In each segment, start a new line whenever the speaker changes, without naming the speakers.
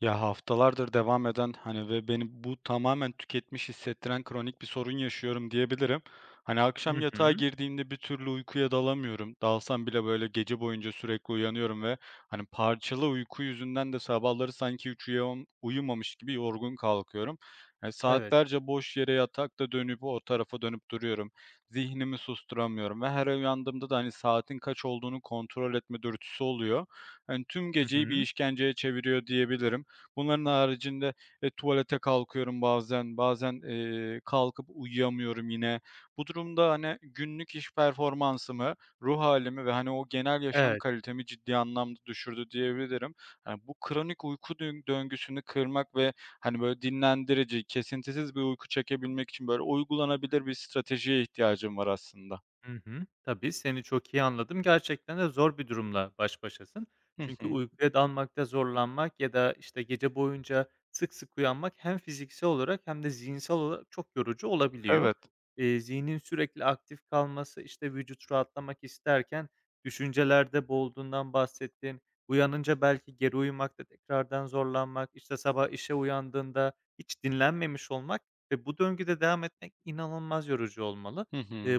Ya, haftalardır devam eden, hani, ve beni bu tamamen tüketmiş hissettiren kronik bir sorun yaşıyorum diyebilirim. Hani,
Hı
akşam yatağa
hı.
girdiğimde bir türlü uykuya dalamıyorum. Dalsam bile, böyle, gece boyunca sürekli uyanıyorum ve, hani, parçalı uyku yüzünden de sabahları sanki hiç uyumamış gibi yorgun kalkıyorum.
Evet.
Saatlerce boş yere yatakta dönüp o tarafa dönüp duruyorum. Zihnimi susturamıyorum ve her uyandığımda da, hani, saatin kaç olduğunu kontrol etme dürtüsü oluyor. Hani, tüm
Hı
geceyi bir
hı.
işkenceye çeviriyor diyebilirim. Bunların haricinde, tuvalete kalkıyorum bazen, bazen, kalkıp uyuyamıyorum yine. Bu durumda, hani, günlük iş performansımı, ruh halimi ve, hani, o genel yaşam
Evet.
kalitemi ciddi anlamda düşürdü diyebilirim. Hani, bu kronik uyku döngüsünü kırmak ve, hani, böyle dinlendirici, kesintisiz bir uyku çekebilmek için böyle uygulanabilir bir stratejiye ihtiyacım var aslında.
Hı hı. Tabii, seni çok iyi anladım. Gerçekten de zor bir durumla baş başasın.
Hı
Çünkü
hı.
uykuya dalmakta zorlanmak ya da, işte, gece boyunca sık sık uyanmak hem fiziksel olarak hem de zihinsel olarak çok yorucu olabiliyor.
Evet.
Zihnin sürekli aktif kalması, işte, vücut rahatlamak isterken düşüncelerde boğulduğundan bahsettin. Uyanınca belki geri uyumakta tekrardan zorlanmak, işte, sabah işe uyandığında hiç dinlenmemiş olmak ve bu döngüde devam etmek inanılmaz yorucu olmalı.
Hı hı.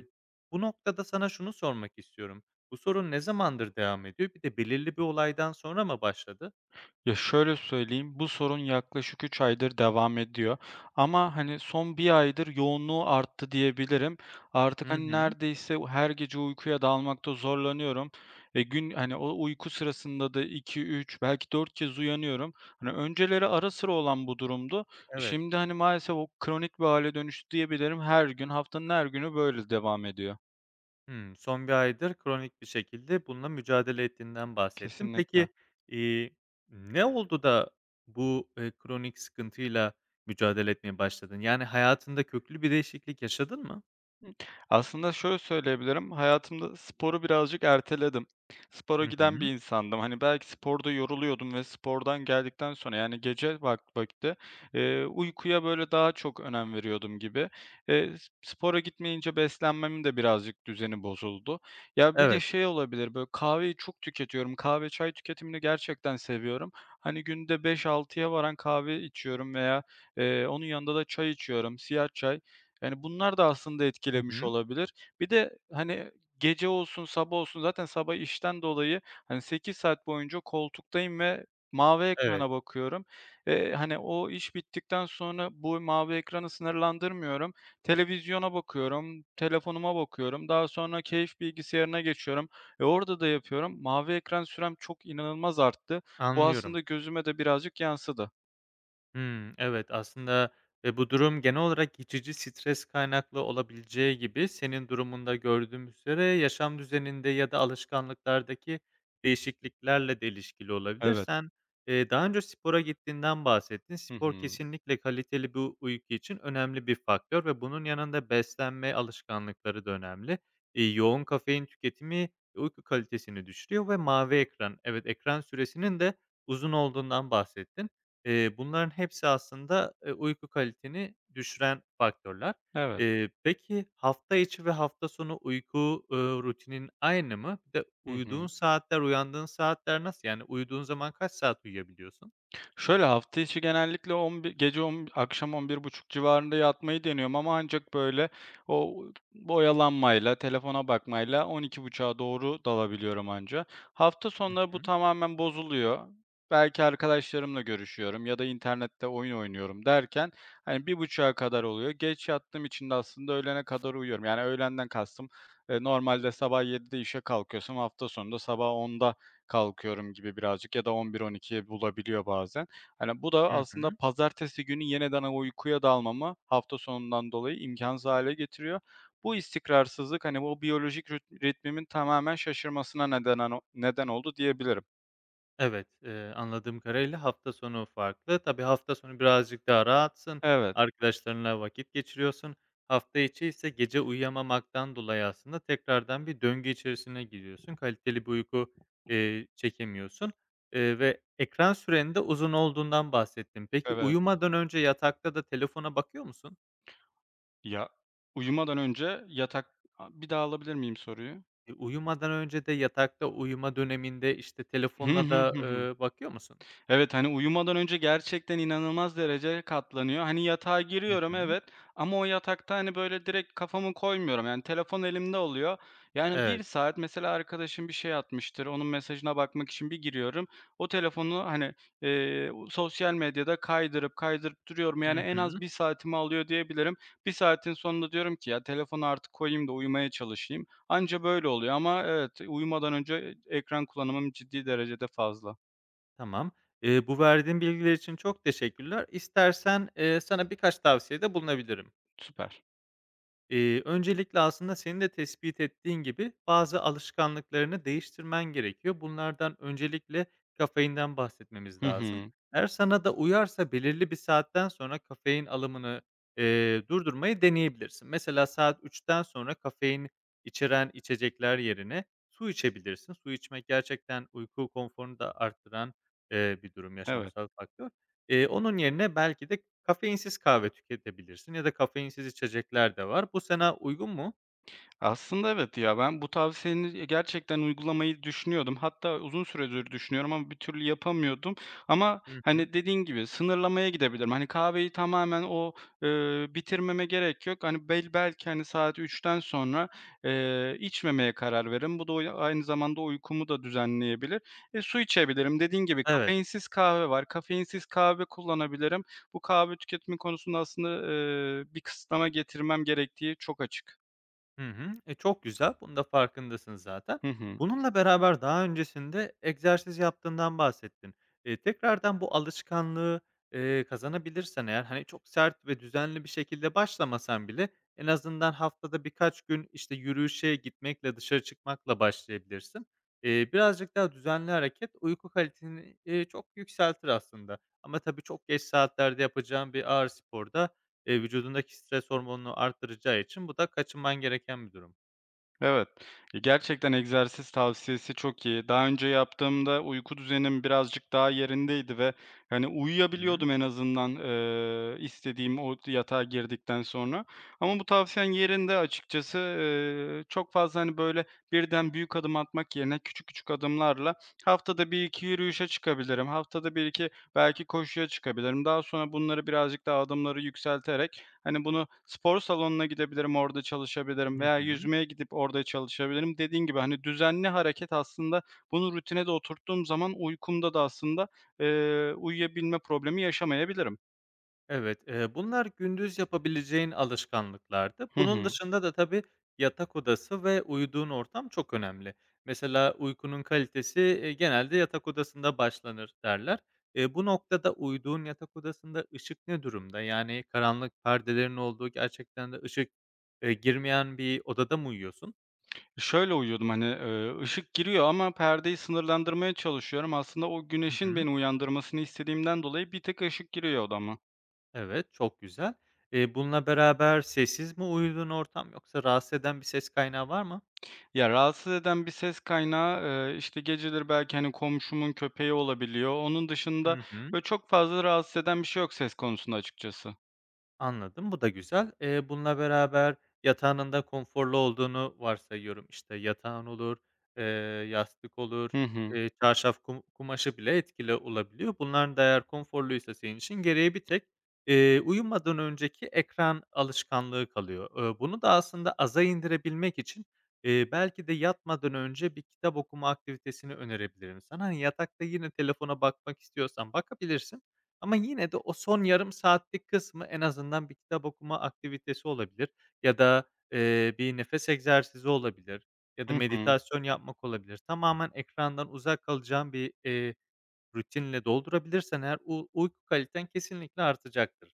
Bu noktada sana şunu sormak istiyorum. Bu sorun ne zamandır devam ediyor? Bir de belirli bir olaydan sonra mı başladı?
Ya, şöyle söyleyeyim, bu sorun yaklaşık 3 aydır devam ediyor ama, hani, son bir aydır yoğunluğu arttı diyebilirim. Artık,
Hı
hani,
hı.
neredeyse her gece uykuya dalmakta zorlanıyorum. E, gün, hani, o uyku sırasında da iki üç belki 4 kez uyanıyorum. Hani, önceleri ara sıra olan bu durumdu.
Evet.
Şimdi, hani, maalesef o kronik bir hale dönüştü diyebilirim. Her gün, haftanın her günü böyle devam ediyor.
Hımm, son bir aydır kronik bir şekilde bununla mücadele ettiğinden bahsettin.
Kesinlikle.
Peki, iii, ne oldu da bu, kronik sıkıntıyla mücadele etmeye başladın? Yani hayatında köklü bir değişiklik yaşadın mı?
Aslında şöyle söyleyebilirim, hayatımda sporu birazcık erteledim. Spora
Hı
giden bir
hı.
insandım. Hani, belki sporda yoruluyordum ve spordan geldikten sonra, yani, gece vakti, uykuya, böyle, daha çok önem veriyordum gibi. S Spora gitmeyince beslenmemin de birazcık düzeni bozuldu. Ya, bir de
Evet.
şey olabilir, böyle, kahveyi çok tüketiyorum. Kahve, çay tüketimini gerçekten seviyorum. Hani, günde 5-6'ya varan kahve içiyorum veya, onun yanında da çay içiyorum, siyah çay. Yani, bunlar da aslında
Hı
etkilemiş
hı.
olabilir. Bir de, hani, gece olsun, sabah olsun zaten sabah işten dolayı, hani, 8 saat boyunca koltuktayım ve mavi
Evet,
ekrana bakıyorum. Hani, o iş bittikten sonra bu mavi ekranı sınırlandırmıyorum. Televizyona bakıyorum, telefonuma bakıyorum. Daha sonra keyif bilgisayarına geçiyorum. E, orada da yapıyorum. Mavi ekran sürem çok inanılmaz arttı. Bu
anlıyorum.
aslında gözüme de birazcık yansıdı.
Hımm, evet, aslında, bu durum genel olarak geçici stres kaynaklı olabileceği gibi senin durumunda gördüğümüz üzere yaşam düzeninde ya da alışkanlıklardaki değişikliklerle de ilişkili olabilir.
Evet.
Sen, daha önce spora gittiğinden bahsettin.
Hı
Spor
hı.
kesinlikle kaliteli bir uyku için önemli bir faktör ve bunun yanında beslenme alışkanlıkları da önemli. Yoğun kafein tüketimi uyku kalitesini düşürüyor ve mavi ekran, evet, ekran süresinin de uzun olduğundan bahsettin. Bunların hepsi aslında, uyku kaliteni düşüren faktörler.
Evet.
Peki hafta içi ve hafta sonu uyku, rutinin aynı mı? Bir de
Hı
uyuduğun
hı.
saatler, uyandığın saatler nasıl? Yani uyuduğun zaman kaç saat uyuyabiliyorsun?
Şöyle, hafta içi genellikle 11 gece 10 akşam on bir buçuk civarında yatmayı deniyorum ama ancak böyle o oyalanmayla, telefona bakmayla 12.30'a doğru dalabiliyorum anca. Hafta
Hı
sonları bu
hı.
tamamen bozuluyor. Belki arkadaşlarımla görüşüyorum ya da internette oyun oynuyorum derken, hani, 1.30'a kadar oluyor. Geç yattığım için de aslında öğlene kadar uyuyorum. Yani, öğlenden kastım, normalde sabah 7'de işe kalkıyorsam hafta sonunda sabah 10'da kalkıyorum gibi birazcık ya da 11-12'yi bulabiliyor bazen. Hani, bu da
Hı
aslında
hı.
pazartesi günü yeniden o uykuya dalmamı hafta sonundan dolayı imkânsız hâle getiriyor. Bu istikrarsızlık, hani, bu biyolojik ritmimin tamamen şaşırmasına neden oldu diyebilirim.
Evet, anladığım kadarıyla hafta sonu farklı. Tabii hafta sonu birazcık daha rahatsın,
Evet,
arkadaşlarınla vakit geçiriyorsun. Hafta içi ise gece uyuyamamaktan dolayı aslında tekrardan bir döngü içerisine giriyorsun. Kaliteli bir uyku çekemiyorsun, ve ekran sürenin de uzun olduğundan bahsettim. Peki
evet.
uyumadan önce yatakta da telefona bakıyor musun?
Ya, uyumadan önce yatak bir daha alabilir miyim soruyu?
E, uyumadan önce de yatakta uyuma döneminde, işte,
Hı
telefonla
hı.
da,
Hı hı.
eee, bakıyor musun?
Evet, hani, uyumadan önce gerçekten inanılmaz derece katlanıyor. Hani, yatağa
Hı
giriyorum,
hı.
evet, ama o yatakta, hani, böyle, direkt kafamı koymuyorum. Yani, telefon elimde oluyor. Yani, bir
Evet.
saat mesela arkadaşım bir şey atmıştır, onun mesajına bakmak için bir giriyorum. O telefonu, hani, sosyal medyada kaydırıp kaydırıp duruyorum. Yani,
Hı
en az
hı.
1 saatimi alıyor diyebilirim. Bir saatin sonunda diyorum ki, "Ya, telefonu artık koyayım da uyumaya çalışayım." Anca böyle oluyor ama evet, uyumadan önce ekran kullanımım ciddi derecede fazla.
Tamam. Bu verdiğin bilgiler için çok teşekkürler. İstersen, sana birkaç tavsiyede bulunabilirim.
Süper.
Öncelikle aslında senin de tespit ettiğin gibi bazı alışkanlıklarını değiştirmen gerekiyor. Bunlardan öncelikle kafeinden bahsetmemiz
Hı
lazım.
hı.
Eğer sana da uyarsa belirli bir saatten sonra kafein alımını, durdurmayı deneyebilirsin. Mesela saat üçten sonra kafein içeren içecekler yerine su içebilirsin. Su içmek gerçekten uyku konforunu da arttıran, bir durum,
Evet.
yaşamsal faktör. Onun yerine belki de kafeinsiz kahve tüketebilirsin ya da kafeinsiz içecekler de var. Bu sana uygun mu?
Aslında evet ya, ben bu tavsiyeni gerçekten uygulamayı düşünüyordum. Hatta uzun süredir düşünüyorum ama bir türlü yapamıyordum. Ama,
Hı hı.
hani, dediğin gibi sınırlamaya gidebilirim. Hani, kahveyi tamamen o, bitirmeme gerek yok. Hani, belki, hani, saat üçten sonra, içmemeye karar veririm. Bu da aynı zamanda uykumu da düzenleyebilir. E, su içebilirim. Dediğin gibi
Evet.
kafeinsiz kahve var. Kafeinsiz kahve kullanabilirim. Bu kahve tüketimi konusunda aslında, bir kısıtlama getirmem gerektiği çok açık.
Hı hı. E, çok güzel. Bunun da farkındasın zaten.
Hı hı.
Bununla beraber daha öncesinde egzersiz yaptığından bahsettin. Tekrardan bu alışkanlığı kazanabilirsen eğer, hani, çok sert ve düzenli bir şekilde başlamasan bile en azından haftada birkaç gün, işte, yürüyüşe gitmekle, dışarı çıkmakla başlayabilirsin. Birazcık daha düzenli hareket uyku kaliteni, çok yükseltir aslında ama tabii çok geç saatlerde yapacağın bir ağır sporda, vücudundaki stres hormonunu arttıracağı için bu da kaçınman gereken bir durum.
Evet. Ya, gerçekten egzersiz tavsiyesi çok iyi. Daha önce yaptığımda uyku düzenim birazcık daha yerindeydi ve, hani,
Hıı.
uyuyabiliyordum en azından, istediğim o yatağa girdikten sonra. Ama bu tavsiyen yerinde açıkçası. Çok fazla, hani, böyle, birden büyük adım atmak yerine küçük küçük adımlarla haftada bir iki yürüyüşe çıkabilirim. Haftada bir iki belki koşuya çıkabilirim. Daha sonra bunları birazcık daha adımları yükselterek, hani, bunu spor salonuna gidebilirim, orada çalışabilirim
Hı
veya
hı.
yüzmeye gidip orada çalışabilirim. Dediğin gibi, hani, düzenli hareket aslında bunu rutine de oturttuğum zaman uykumda da aslında, uyuyabilme problemi yaşamayabilirim.
Evet, bunlar gündüz yapabileceğin alışkanlıklardı.
Hı
Bunun
hı.
dışında da tabii yatak odası ve uyuduğun ortam çok önemli. Mesela "Uykunun kalitesi genelde yatak odasında başlanır." derler. Bu noktada uyuduğun yatak odasında ışık ne durumda? Yani karanlık perdelerin olduğu, gerçekten de ışık girmeyen bir odada mı uyuyorsun?
Şöyle uyuyordum, hani, ışık giriyor ama perdeyi sınırlandırmaya çalışıyorum. Aslında o
Hı
güneşin
hı.
beni uyandırmasını istediğimden dolayı bir tek ışık giriyor odama.
Evet, çok güzel. Bununla beraber sessiz mi uyuduğun ortam yoksa rahatsız eden bir ses kaynağı var mı?
Ya, rahatsız eden bir ses kaynağı, işte, geceleri belki, hani, komşumun köpeği olabiliyor. Onun dışında,
Hı hı.
böyle, çok fazla rahatsız eden bir şey yok ses konusunda açıkçası.
Anladım, bu da güzel. Bununla beraber yatağının da konforlu olduğunu varsayıyorum. İşte, yatağın olur, eee, yastık olur,
Hı hı.
eee, çarşaf kumaşı bile etkili olabiliyor. Bunların da eğer konforluysa senin için geriye bir tek, uyumadan önceki ekran alışkanlığı kalıyor. Bunu da aslında aza indirebilmek için, belki de yatmadan önce bir kitap okuma aktivitesini önerebilirim sana. Hani, yatakta yine telefona bakmak istiyorsan bakabilirsin ama yine de o son yarım saatlik kısmı en azından bir kitap okuma aktivitesi olabilir ya da bir nefes egzersizi olabilir ya da
Hı hı.
meditasyon yapmak olabilir. Tamamen ekrandan uzak kalacağın bir rutinle doldurabilirsen eğer uyku kaliten kesinlikle artacaktır.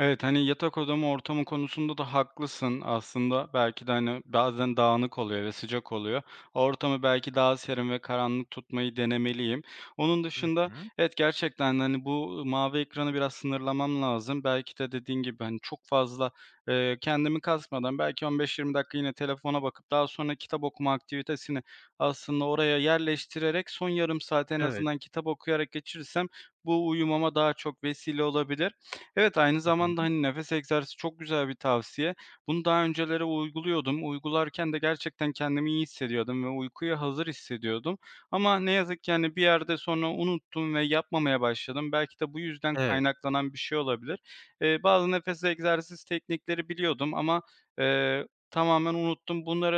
Evet, hani, yatak odamı, ortamı konusunda da haklısın aslında. Belki de, hani, bazen dağınık oluyor ve sıcak oluyor. Ortamı belki daha serin ve karanlık tutmayı denemeliyim. Onun
Hı
dışında,
hı.
evet, gerçekten, hani, bu mavi ekranı biraz sınırlamam lazım. Belki de dediğin gibi, hani, çok fazla, kendimi kasmadan belki 15-20 dakika yine telefona bakıp daha sonra kitap okuma aktivitesini aslında oraya yerleştirerek son yarım saat en
Evet.
azından kitap okuyarak geçirirsem bu uyumama daha çok vesile olabilir. Evet, aynı
Hı hı.
zamanda, hani, nefes egzersizi çok güzel bir tavsiye. Bunu daha öncelere uyguluyordum. Uygularken de gerçekten kendimi iyi hissediyordum ve uykuya hazır hissediyordum. Ama ne yazık ki, hani, bir yerde sonra unuttum ve yapmamaya başladım. Belki de bu yüzden
Evet.
kaynaklanan bir şey olabilir. Bazı nefes egzersiz teknikleri biliyordum ama, tamamen unuttum. Bunları,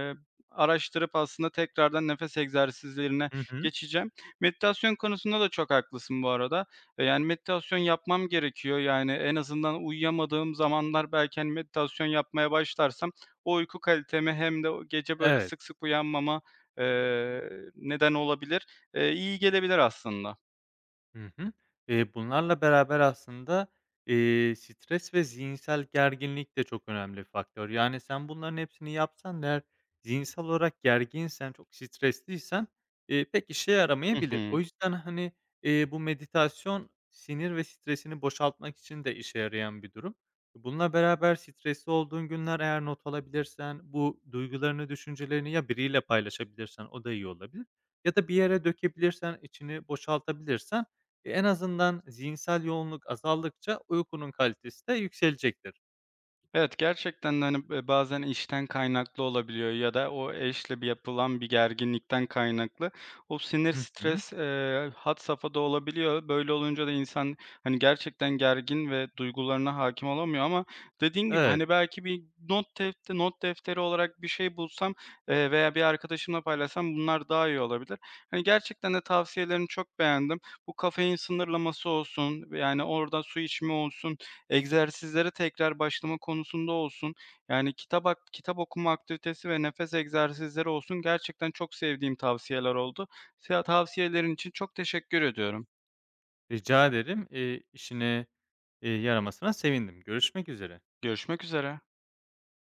eee, araştırıp aslında tekrardan nefes egzersizlerine
Hı hı.
geçeceğim. Meditasyon konusunda da çok haklısın bu arada. Yani, meditasyon yapmam gerekiyor. Yani, en azından uyuyamadığım zamanlar belki, hani, meditasyon yapmaya başlarsam o uyku kalitemi hem de o gece böyle
Evet.
sık sık uyanmama, eee, neden olabilir. İyi gelebilir aslında.
Hı hı. Bunlarla beraber aslında, stres ve zihinsel gerginlik de çok önemli bir faktör. Yani, sen bunların hepsini yapsan da eğer zihinsel olarak gerginsen, çok stresliysen, pek işe
Hı
yaramayabilir.
hı.
O yüzden, hani, bu meditasyon sinir ve stresini boşaltmak için de işe yarayan bir durum. Bununla beraber stresli olduğun günler eğer not alabilirsen, bu duygularını, düşüncelerini ya biriyle paylaşabilirsen o da iyi olabilir ya da bir yere dökebilirsen, içini boşaltabilirsen e, en azından zihinsel yoğunluk azaldıkça uykunun kalitesi de yükselecektir.
Evet, gerçekten de, hani, bazen işten kaynaklı olabiliyor ya da o eşle bir yapılan bir gerginlikten kaynaklı. O sinir,
Hı hı.
stres, had safhada olabiliyor. Böyle olunca da insan, hani, gerçekten gergin ve duygularına hakim olamıyor ama dediğin gibi,
Evet,
hani, belki bir not defteri olarak bir şey bulsam, veya bir arkadaşımla paylaşsam bunlar daha iyi olabilir. Hani, gerçekten de tavsiyelerini çok beğendim. Bu kafein sınırlaması olsun, yani, orada su içme olsun, egzersizlere tekrar başlama konusunda olsun, yani kitap okuma aktivitesi ve nefes egzersizleri olsun gerçekten çok sevdiğim tavsiyeler oldu. Tavsiyelerin için çok teşekkür ediyorum.
rica ederim. İşine, yaramasına sevindim. Görüşmek üzere.
Görüşmek üzere.